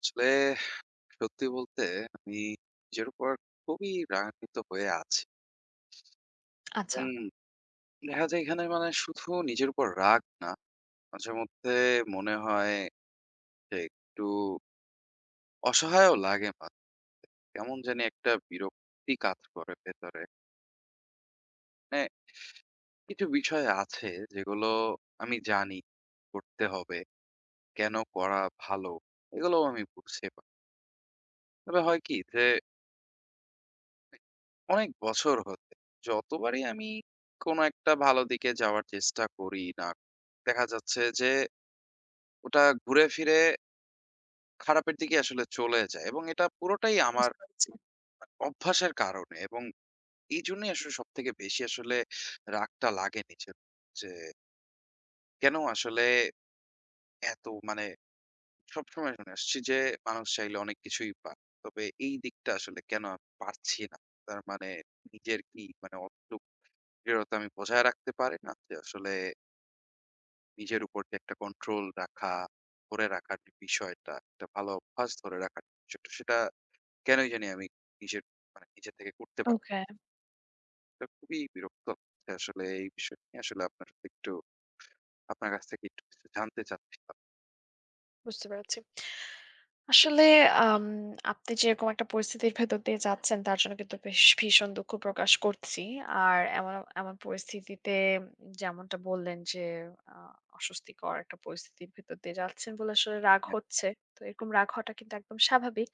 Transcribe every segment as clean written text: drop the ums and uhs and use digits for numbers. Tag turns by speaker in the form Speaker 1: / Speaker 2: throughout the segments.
Speaker 1: আসলে সত্যি বলতে আমি নিজের উপর খুবই রাগান্বিত হয়ে আছি।
Speaker 2: আচ্ছা।
Speaker 1: এবং দেখা যায় এখানে মানে শুধু নিজের উপর রাগ না, মাঝে মধ্যে মনে হয় যে একটু অসহায়ও লাগে মাঝে। কেমন জানি একটা বিরক্তি কাজ করে ভেতরে। মানে কিছু বিষয় আছে যেগুলো আমি জানি করতে হবে, কেন করা ভালো এগুলোও আমি বুঝতে পারি। তবে হয় কি যে অনেক বছর হতে যতবারই আমি কোনো একটা ভালো দিকে যাওয়ার চেষ্টা করি না, দেখা যাচ্ছে যে ওটা ঘুরে ফিরে খারাপের দিকে আসলে চলে যায়, এবং এটা পুরোটাই আমার
Speaker 2: বুঝতে পারছি।
Speaker 1: অভ্যাসের কারণে। এবং এই জন্যই আসলে সব থেকে বেশি আসলে রাগটা লাগে নিজের, যে কেন আসলে এত মানে সবসময় শুনে আসছি যে মানুষ চাইলে অনেক কিছুই পায়, তবে এই দিকটা আসলে কেন আমি পারছি না। তার মানে নিজের কি মানে দৃঢ়তা আমি বজায় রাখতে পারি না। যে আসলে নিজের উপর যে একটা কন্ট্রোল রাখা, ধরে রাখার যে বিষয়টা, একটা ভালো অভ্যাস ধরে রাখার বিষয়টা, সেটা কেনই জানি আমি নিজের মানে নিজে থেকে করতে পারি না।
Speaker 2: ওকে,
Speaker 1: এটা খুবই বিরক্ত লাগছে আসলে। এই বিষয় নিয়ে আসলে আপনার সাথে একটু আপনার কাছ থেকে একটু কিছু জানতে চাচ্ছিলাম।
Speaker 2: বুঝতে পেরেছি। আসলে আম আপনি যেরকম একটা পরিস্থিতির ভেতর দিয়ে যাচ্ছেন তার জন্য কিন্তু বেশ ভীষণ দুঃখ প্রকাশ করছি। আর এমন পরিস্থিতিতে যেমনটা বললেন যে আ অস্বস্তিকর একটা পরিস্থিতির ভেতর দিয়ে যাচ্ছেন বলে আসলে রাগ হচ্ছে। তো এরকম রাগ হওয়াটা কিন্তু একদম স্বাভাবিক।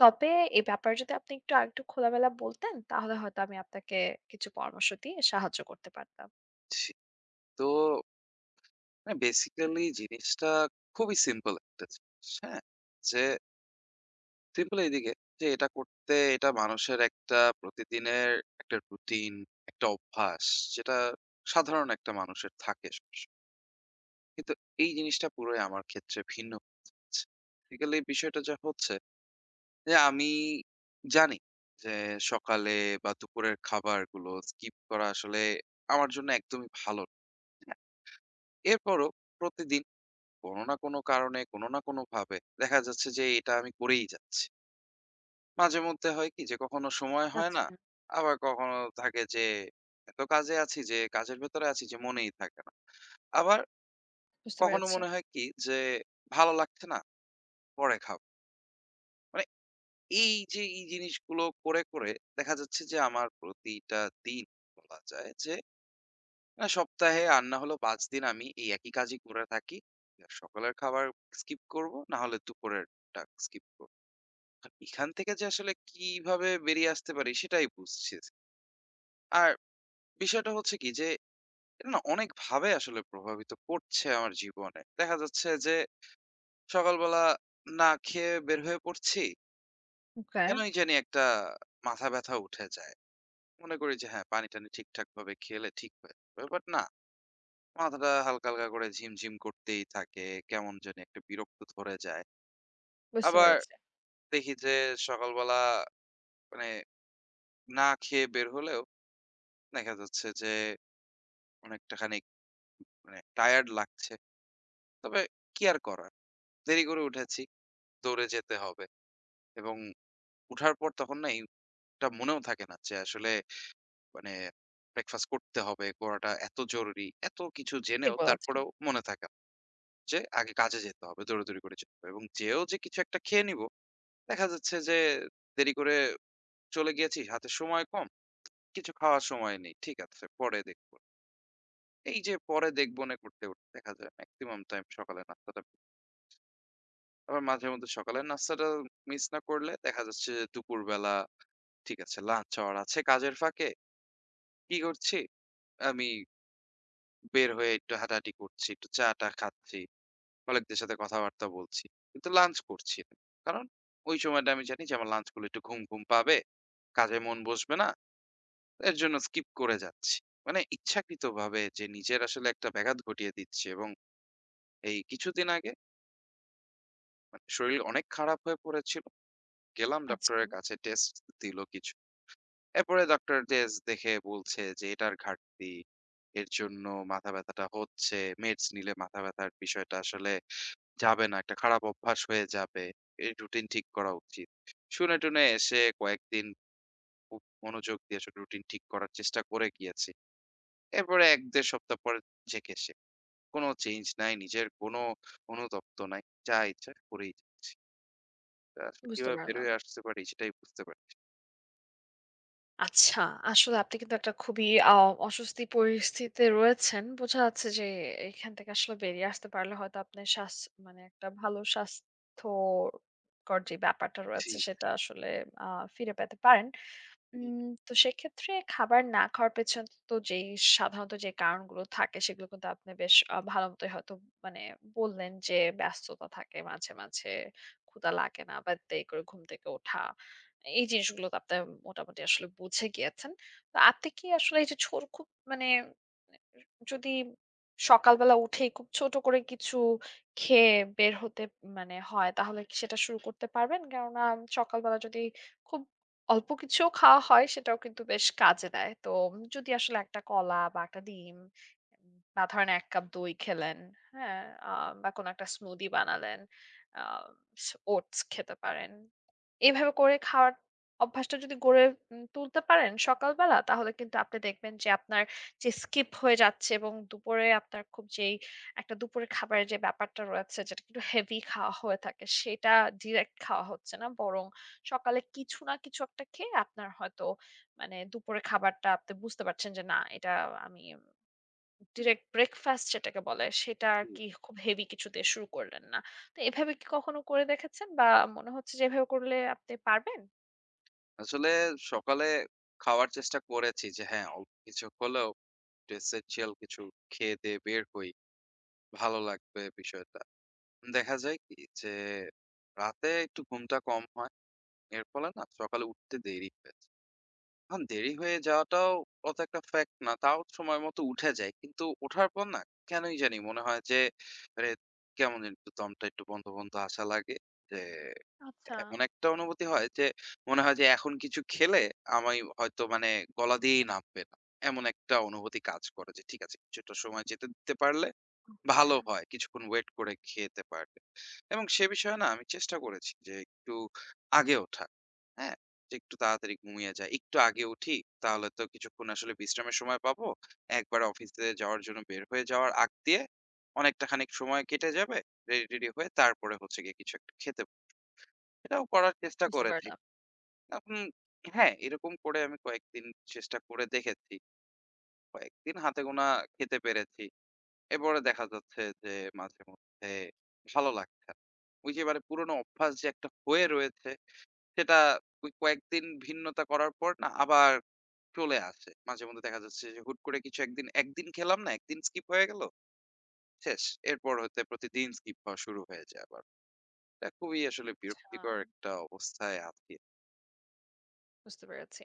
Speaker 2: তবে এই ব্যাপারে যদি আপনি একটু আরেকটু খোলামেলা বলতেন তাহলে হয়তো আমি আপনাকে কিছু পরামর্শ দিয়ে সাহায্য করতে পারতাম।
Speaker 1: জি। তো মানে বেসিক্যালি জিনিসটা খুবই সিম্পল একটা জিনিস, হ্যাঁ? যে সিম্পল এইদিকে যে এটা করতে এটা মানুষের একটা প্রতিদিনের একটা রুটিন, একটা অভ্যাস যেটা সাধারণ একটা মানুষের থাকে সবসময়। কিন্তু এই জিনিসটা পুরোই আমার ক্ষেত্রে ভিন্ন হচ্ছে। বেসিক্যালি বিষয়টা যা হচ্ছে যে আমি জানি যে সকালে বা দুপুরের খাবারগুলো স্কিপ করা আসলে আমার জন্য একদমই ভালো না। হ্যাঁ? এরপরও প্রতিদিন কোনো না কোনো কারণে, কোনো না কোনোভাবে দেখা যাচ্ছে যে এটা আমি করেই যাচ্ছি। মাঝে মধ্যে হয় কি যে কখনো সময় হয়
Speaker 2: আচ্ছা।
Speaker 1: না। আবার কখনো থাকে যে এত কাজে আছি, যে কাজের ভেতরে আছি যে মনেই থাকে না। আবার
Speaker 2: বুঝতে
Speaker 1: কখনো
Speaker 2: পেরেছি।
Speaker 1: মনে হয় কি যে ভালো লাগছে না, পরে খাবো। মানে এই যে এই জিনিসগুলো করে, করে দেখা যাচ্ছে যে আমার প্রতিটা দিন বলা যায় যে সপ্তাহে আর না হলেও ৫ দিন আমি এই একই কাজই করে থাকি। না সকালের খাবার স্কিপ করবো, না হলে দুপুরেরটা স্কিপ করব। এখান থেকে যে আসলে কিভাবে বেরিয়ে আসতে পারি সেটাই বুঝছি। আর বিষয়টা হচ্ছে কি যে, এটা না অনেকভাবে আসলে প্রভাবিত করছে আমার জীবনে। দেখা যাচ্ছে যে সকালবেলা না খেয়ে বের হয়ে পড়ছি।
Speaker 2: ওকে,
Speaker 1: কেনই জানি একটা মাথা ব্যাথা উঠে যায়। মনে করি যে হ্যাঁ, পানি-টানি ঠিকঠাকভাবে খেলে ঠিক হয়ে যাবে। বাট না, মাথাটা হালকা, হালকা করে ঝিমঝিম করতেই থাকে। কেমন জানি একটা বিরক্ত ধরে যায়।
Speaker 2: বুঝতে
Speaker 1: আবার
Speaker 2: পেরেছি।
Speaker 1: দেখি যে সকালবেলা মানে না খেয়ে বের হলেও দেখা যাচ্ছে যে অনেকটা খানিক মানে টায়ার্ড লাগছে। তবে কি আর করার? দেরি করে উঠেছি। দৌড়ে যেতে হবে, এবং উঠার পর তখন না এইটা মনেও থাকে না যে আসলে মানে ব্রেকফাস্ট করতে হবে, করাটা এত জরুরি। এত কিছু
Speaker 2: ঠিক
Speaker 1: জেনেও
Speaker 2: বলেছেন।
Speaker 1: তারপরেও মনে থাকে না যে আগে কাজে যেতে হবে, দৌড়াদৌড়ি করে যেতে হবে এবং যেয়েও যে কিছু একটা খেয়ে নিবো, দেখা যাচ্ছে যে দেরি করে চলে গিয়েছি, হাতে সময় কম, কিছু খাওয়ার সময় নেই। ঠিক আছে, পরে দেখবো। এই যে পরে দেখবো না করতে, করতে দেখা যায় মেক্সিমাম টাইম সকালে নাস্তাটা আবার মাঝেমধ্যে সকালের নাস্তাটা মিস না করলে দেখা যাচ্ছে যে দুপুরবেলা ঠিক আছে লাঞ্চ আওয়ার আছে কাজের ফাঁকে কি করছি আমি বের হয়ে একটু হাঁটাহাঁটি করছি, একটু চা টা খাচ্ছি, কলিগদের সাথে কথাবার্তা বলছি, কিন্তু লাঞ্চ করছি না। কারণ ওই সময়টা আমি জানি যে আমার লাঞ্চ করলে একটু ঘুম ঘুম পাবে, কাজে মন বসবে না। এর জন্য স্কিপ করে যাচ্ছি। মানে ইচ্ছাকৃত ভাবে যে নিজের আসলে একটা ব্যাঘাত ঘটিয়ে দিচ্ছি। এবং এই কিছুদিন আগে মানে শরীর অনেক খারাপ হয়ে পড়েছিল, গেলাম
Speaker 2: আচ্ছা,
Speaker 1: ডক্টরের কাছে, টেস্ট দিল কিছু। এরপরে ডক্টর ডেস দেখে বলছে যে এটার ঘাটতি। এর জন্য মাথা ব্যাথাটা হচ্ছে। মেডস নিলে মাথা ব্যাথার বিষয়টা আসলে যাবে না। একটা খারাপ অভ্যাস হয়ে যাবে। এই রুটিন ঠিক করা উচিত। শুনে-টুনে এসে কয়েকদিন খুব মনোযোগ দিয়ে আসলে রুটিন ঠিক করার চেষ্টা করে গিয়েছি। এরপরে ১-১.৫ সপ্তাহ পরে চেক এসে। কোনো চেঞ্জ নাই। নিজের কোনো অনুতপ্ত নাই। যা ইচ্ছা করেই যাচ্ছি। তা আসলে
Speaker 2: বুঝতে
Speaker 1: কিভাবে বের
Speaker 2: পারলাম।
Speaker 1: হয়ে আসতে পারি সেটাই বুঝতে পারছি।
Speaker 2: আচ্ছা, আসলে আপনি কিন্তু একটা খুবই অস্বস্তি পরিস্থিতিতে রয়েছেন। বোঝা যাচ্ছে যে এখান থেকে আসলে বেরিয়ে আসতে পারলে হয়তো আপনার স্বাস মানে একটা ভালো স্বাস্থ্যকর যে ব্যাপারটা
Speaker 1: জি।
Speaker 2: রয়েছে সেটা আসলে আ ফিরে পেতে পারেন।
Speaker 1: হুম,
Speaker 2: উম তো সেক্ষেত্রে খাবার না খাওয়ার পেছনে তো যেই সাধারণত যে কারণগুলো থাকে সেগুলো কিন্তু আপনি বেশ ভালো মতোই হয়তো মানে বললেন যে ব্যস্ততা থাকে মাঝে মাঝে ক্ষুধা লাগে না বা দেরি করে ঘুম থেকে ওঠা। এই জিনিসগুলো তো আপনি মোটামুটি আসলে বুঝে গিয়েছেন। তো আপনি কি আসলে এই যে ছোট খুব মানে যদি সকালবেলা উঠেই খুব ছোট করে কিছু খেয়ে বের হতে মানে হয় তাহলে কি সেটা শুরু করতে পারবেন? কেননা সকালবেলা যদি খুব অল্প কিছুও খাওয়া হয় সেটাও কিন্তু বেশ কাজে দেয়। তো যদি আসলে একটা কলা বা একটা ডিম বা ধরেন ১ কাপ দই খেলেন, হ্যাঁ? আ বা কোনো একটা স্মুদি বানালেন, আ ওটস খেতে পারেন। এভাবে করে খাওয়ার অভ্যাসটা যদি গড়ে তুলতে পারেন সকালবেলা তাহলে কিন্তু আপনি দেখবেন যে আপনার যে স্কিপ হয়ে যাচ্ছে এবং দুপুরে আপনার খুব যেই একটা দুপুরের খাবারের যে ব্যাপারটা রয়েছে যেটা একটু হেভি খাওয়া হয়ে থাকে সেটা ডিরেক্ট খাওয়া হচ্ছে না বরং সকালে কিছু না কিছু একটা খেয়ে আপনার হয়তো মানে দুপুরে খাবারটা আপনি বুঝতে পারছেন যে না এটা আমি
Speaker 1: হুম,
Speaker 2: ডিরেক্ট ব্রেকফাস্ট যেটাকে বলে সেটা আর
Speaker 1: জি।
Speaker 2: কি খুব হেভি কিছু দিয়ে শুরু করলেন না। তো এভাবে কি কখনো করে দেখেছেন বা মনে হচ্ছে যে এভাবে করলে আপনি পারবেন?
Speaker 1: আসলে সকালে খাওয়ার চেষ্টা করেছি যে হ্যাঁ, অল্প কিছু হলেও essential কিছু খেয়ে দেয়ে বের হই। ভালো লাগবে বিষয়টা। দেখা যায় কি যে রাতে একটু ঘুমটা কম হয়। এর ফলে না সকালে উঠতে দেরি হয়ে যায়। এখন দেরি হয়ে যাওয়াটাও অত একটা ফ্যাক্ট না। তাও সময় মতো উঠে যাই। কিন্তু ওঠার পর না কেনই জানি মনে হয় যে আরে কেমন যেন একটু দমটা একটু বন্ধ, বন্ধ আসা লাগে। যে
Speaker 2: আচ্ছা।
Speaker 1: এমন একটা অনুভূতি হয় যে মনে হয় যে এখন কিছু খেলে আমি হয়তো মানে গলা দিয়েই নামবে না। এমন একটা অনুভূতি কাজ করে যে ঠিক আছে কিছুটা সময় যেতে দিতে পারলে
Speaker 2: ওকে।
Speaker 1: ভালো হয়। কিছুক্ষণ ওয়েট করে খেতে পারলে। এবং সে বিষয়ে না আমি চেষ্টা করেছি যে একটু আগে ওঠার। হ্যাঁ? যে একটু তাড়াতাড়ি ঘুমিয়ে যাই। একটু আগে উঠি, তাহলে তো কিছুক্ষণ আসলে বিশ্রামের সময় পাবো। একবারে অফিসে যাওয়ার জন্য বের হয়ে যাওয়ার আগ দিয়ে অনেকটা খানিক সময় কেটে যাবে। রেডি-টেডি হয়ে তারপরে হচ্ছে গিয়ে কিছু একটা খেতে, এটাও করার চেষ্টা
Speaker 2: বুঝতে
Speaker 1: করেছি।
Speaker 2: পারলাম।
Speaker 1: এখন হ্যাঁ, এরকম করে আমি কয়েকদিন চেষ্টা করে দেখেছি। কয়েকদিন হাতে গোনা খেতে পেরেছি। এরপরে দেখা যাচ্ছে যে মাঝেমধ্যে ভালো লাগছে না। ওই যে এবারে পুরনো অভ্যাস যে একটা হয়ে রয়েছে, সেটা ওই কয়েকদিন ভিন্নতা করার পর না আবার চলে আসে। মাঝেমধ্যে দেখা যাচ্ছে যে হুট করে কিছু একদিন, একদিন খেলাম না, একদিন স্কিপ হয়ে গেল, শেষ। এরপর হতে প্রতিদিন স্কিপ হওয়া শুরু হয়ে যায় আবার। এটা খুবই আসলে
Speaker 2: আচ্ছা,
Speaker 1: বিরক্তিকর একটা অবস্থায় আছি।
Speaker 2: বুঝতে পেরেছি।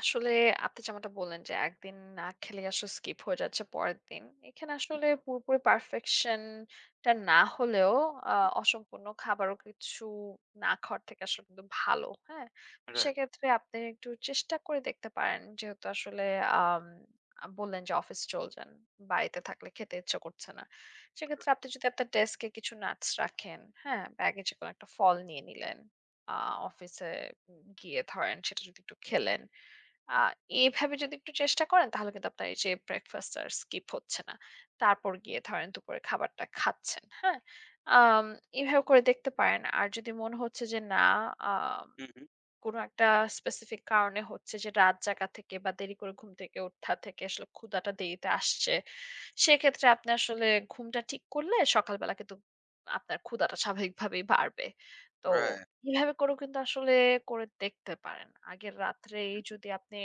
Speaker 2: আসলে আপনি যেমনটা বললেন যে, একদিন না খেলে আসলে স্কিপ হয়ে যাচ্ছে পরের দিন। এখানে
Speaker 1: হুম,
Speaker 2: আসলে পুরোপুরি পারফেকশন টা না হলেও আ অসম্পূর্ণ খাবারও কিছু না খাওয়ার থেকে আসলে কিন্তু ভালো। হ্যাঁ?
Speaker 1: রাইট।
Speaker 2: সেক্ষেত্রে আপনি একটু চেষ্টা করে দেখতে পারেন। যেহেতু আসলে আম আ বললেন যে, অফিস চলছেন, বাড়িতে থাকলে খেতে ইচ্ছা করছে না। সেক্ষেত্রে আপনি যদি আপনার ডেস্কে কিছু নাটস রাখেন, হ্যাঁ? ব্যাগে যেকোনো একটা ফল নিয়ে নিলেন। আ অফিসে গিয়ে ধরেন সেটা যদি একটু খেলেন। আ এভাবে যদি একটু চেষ্টা করেন তাহলে কিন্তু আপনার এই যে ব্রেকফাস্ট আর স্কিপ হচ্ছে না। তারপর গিয়ে ধরেন দুপুরের খাবারটা খাচ্ছেন। হ্যাঁ? আম এভাবে করে দেখতে পারেন। আর যদি মনে হচ্ছে যে না আ
Speaker 1: হুম, হুম।
Speaker 2: কোনো একটা স্পেসিফিক কারণে হচ্ছে যে রাত জাগা থেকে বা দেরি করে ঘুম থেকে ওঠা থেকে আসলে ক্ষুধাটা দেরিতে আসছে। সেক্ষেত্রে আপনি আসলে ঘুমটা ঠিক করলে সকালবেলা কিন্তু আপনার ক্ষুধাটা স্বাভাবিকভাবেই বাড়বে। তো
Speaker 1: রাইট।
Speaker 2: এভাবে করেও কিন্তু আসলে করে দেখতে পারেন। আগের রাত্রেই যদি আপনি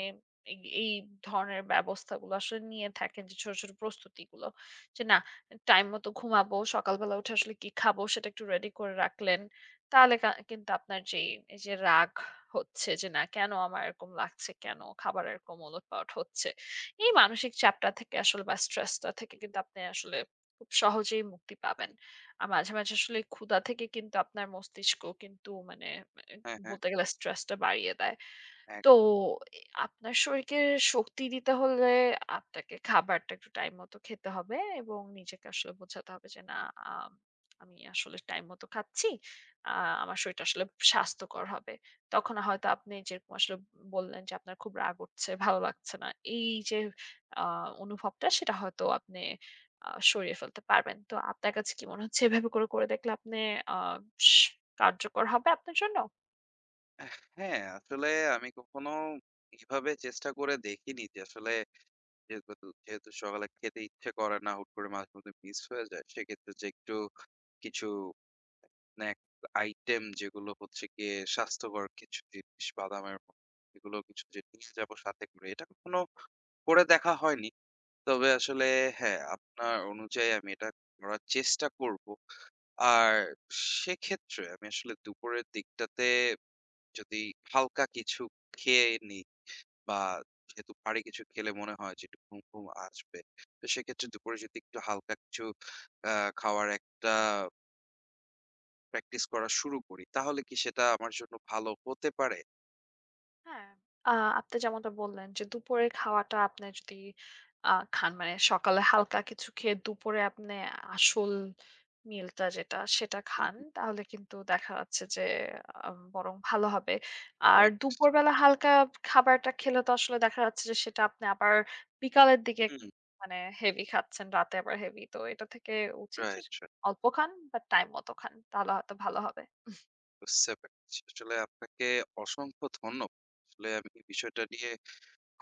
Speaker 2: এই এই ধরনের ব্যবস্থাগুলো আসলে নিয়ে থাকেন যে ছোট, ছোট প্রস্তুতিগুলো। যে না টাইম মতো ঘুমাবো, সকালবেলা উঠে আসলে কি খাবো সেটা একটু রেডি করে রাখলেন। তাহলে কিন্তু আপনার যেই এই যে রাগ হচ্ছে যে না কেন আমার এরকম লাগছে, কেন খাবার এরকম ওলটপালট হচ্ছে। এই মানসিক চাপটা থেকে আসলে বা স্ট্রেসটা থেকে কিন্তু আপনি আসলে খুব সহজেই মুক্তি পাবেন। আর মাঝে মাঝে আসলে ক্ষুধা থেকে কিন্তু আপনার মস্তিষ্ক কিন্তু মানে
Speaker 1: হ্যাঁ, হ্যাঁ।
Speaker 2: বলতে গেলে স্ট্রেসটা বাড়িয়ে দেয়।
Speaker 1: এক
Speaker 2: তো এ আপনার শরীরকে শক্তি দিতে হলে আপনাকে খাবারটা একটু টাইম মতো খেতে হবে এবং নিজেকে আসলে বোঝাতে হবে যে না আম, আমি আসলে টাইম মতো খাচ্ছি, আমার শরীরটা আসলে স্বাস্থ্যকর হবে। তখন হয়তো আপনি যেরকম আসলে বললেন যে আপনার খুব রাগ উঠছে ভালো লাগছে না, এই যে অনুভবটা সেটা হয়তো আপনি সরিয়ে ফেলতে পারবেন। তো আপনার কাছে কি মনে হচ্ছে এভাবে করে করে দেখলে আপনি আহ স- কার্যকর হবে আপনার জন্য?
Speaker 1: হ্যাঁ, আসলে আমি কখনো এভাবে চেষ্টা করে দেখিনি যে আসলে যেহেতু যেহেতু সকালে খেতে ইচ্ছে করে না, হুট করে মাঝপথে মিস হয়ে যায়। সেক্ষেত্রে যে একটু কিছু স্ন্যাকস আইটেম যেগুলো হচ্ছে গিয়ে স্বাস্থ্যকর কিছু জিনিস বাদামের এগুলো কিছু যে নিয়ে যাবো সাথে করে। এটা কখনো করে দেখা হয়নি। তবে আসলে হ্যাঁ, আপনার অনুযায়ী আমি এটা করার চেষ্টা করব। আর সেক্ষেত্রে আমি আসলে দুপুরের দিকটাতে যদি হালকা কিছু খেয়ে নিই বা যেহেতু ভারী কিছু খেলে মনে হয় যে একটু ঘুম, ঘুম আসবে। তো সেক্ষেত্রে দুপুরে যদি একটু হালকা কিছু আ খাওয়ার একটা প্র্যাকটিস করা শুরু করি, তাহলে কি সেটা আমার জন্য ভালো হতে পারে?
Speaker 2: হ্যাঁ, আ আপনি যেমনটা বললেন যে দুপুরের খাওয়াটা আপনি যদি খান মানে সকালে হালকা কিছু খেয়ে দুপুরে আপনি আসল মিলটা যেটা সেটা
Speaker 1: হুম,
Speaker 2: খান।
Speaker 1: হুম।
Speaker 2: তাহলে কিন্তু দেখা যাচ্ছে যে বরং ভালো হবে। আর
Speaker 1: রাইট।
Speaker 2: দুপুরবেলা হালকা খাবারটা খেলে তো আসলে দেখা যাচ্ছে যে সেটা আপনি আবার বিকালের দিকে
Speaker 1: হুম,
Speaker 2: মানে হেভি খাচ্ছেন, রাতে আবার হেভি। তো এটা থেকে উচিত যে
Speaker 1: রাইট, রাইট।
Speaker 2: অল্প খান বাট টাইম মতো খান। তাহলে হয়তো ভালো হবে।
Speaker 1: বুঝতে পেরেছি। আসলে আপনাকে অসংখ্য ধন্যবাদ। আসলে আমি এই বিষয়টা নিয়ে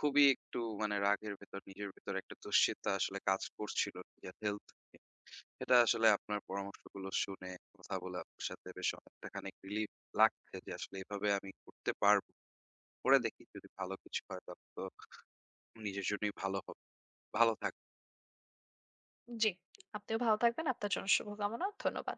Speaker 1: খুবই একটু মানে রাগের ভেতর নিজের ভেতর একটা দুশ্চিন্তা আসলে কাজ করছিল নিজের হেলথ নিয়ে। এটা আসলে আপনার পরামর্শগুলো শুনে কথা বলে আপনার সাথে বেশ অনেকটা খানিক রিলিফ লাগছে যে আসলে এভাবে আমি করতে পারবো। করে দেখি যদি ভালো কিছু হয়, তখন তো নিজের জন্যই ভালো হবে। ভালো থাকবেন।
Speaker 2: জি, আপনিও ভালো থাকবেন। আপনার জন্য শুভকামনা। ধন্যবাদ।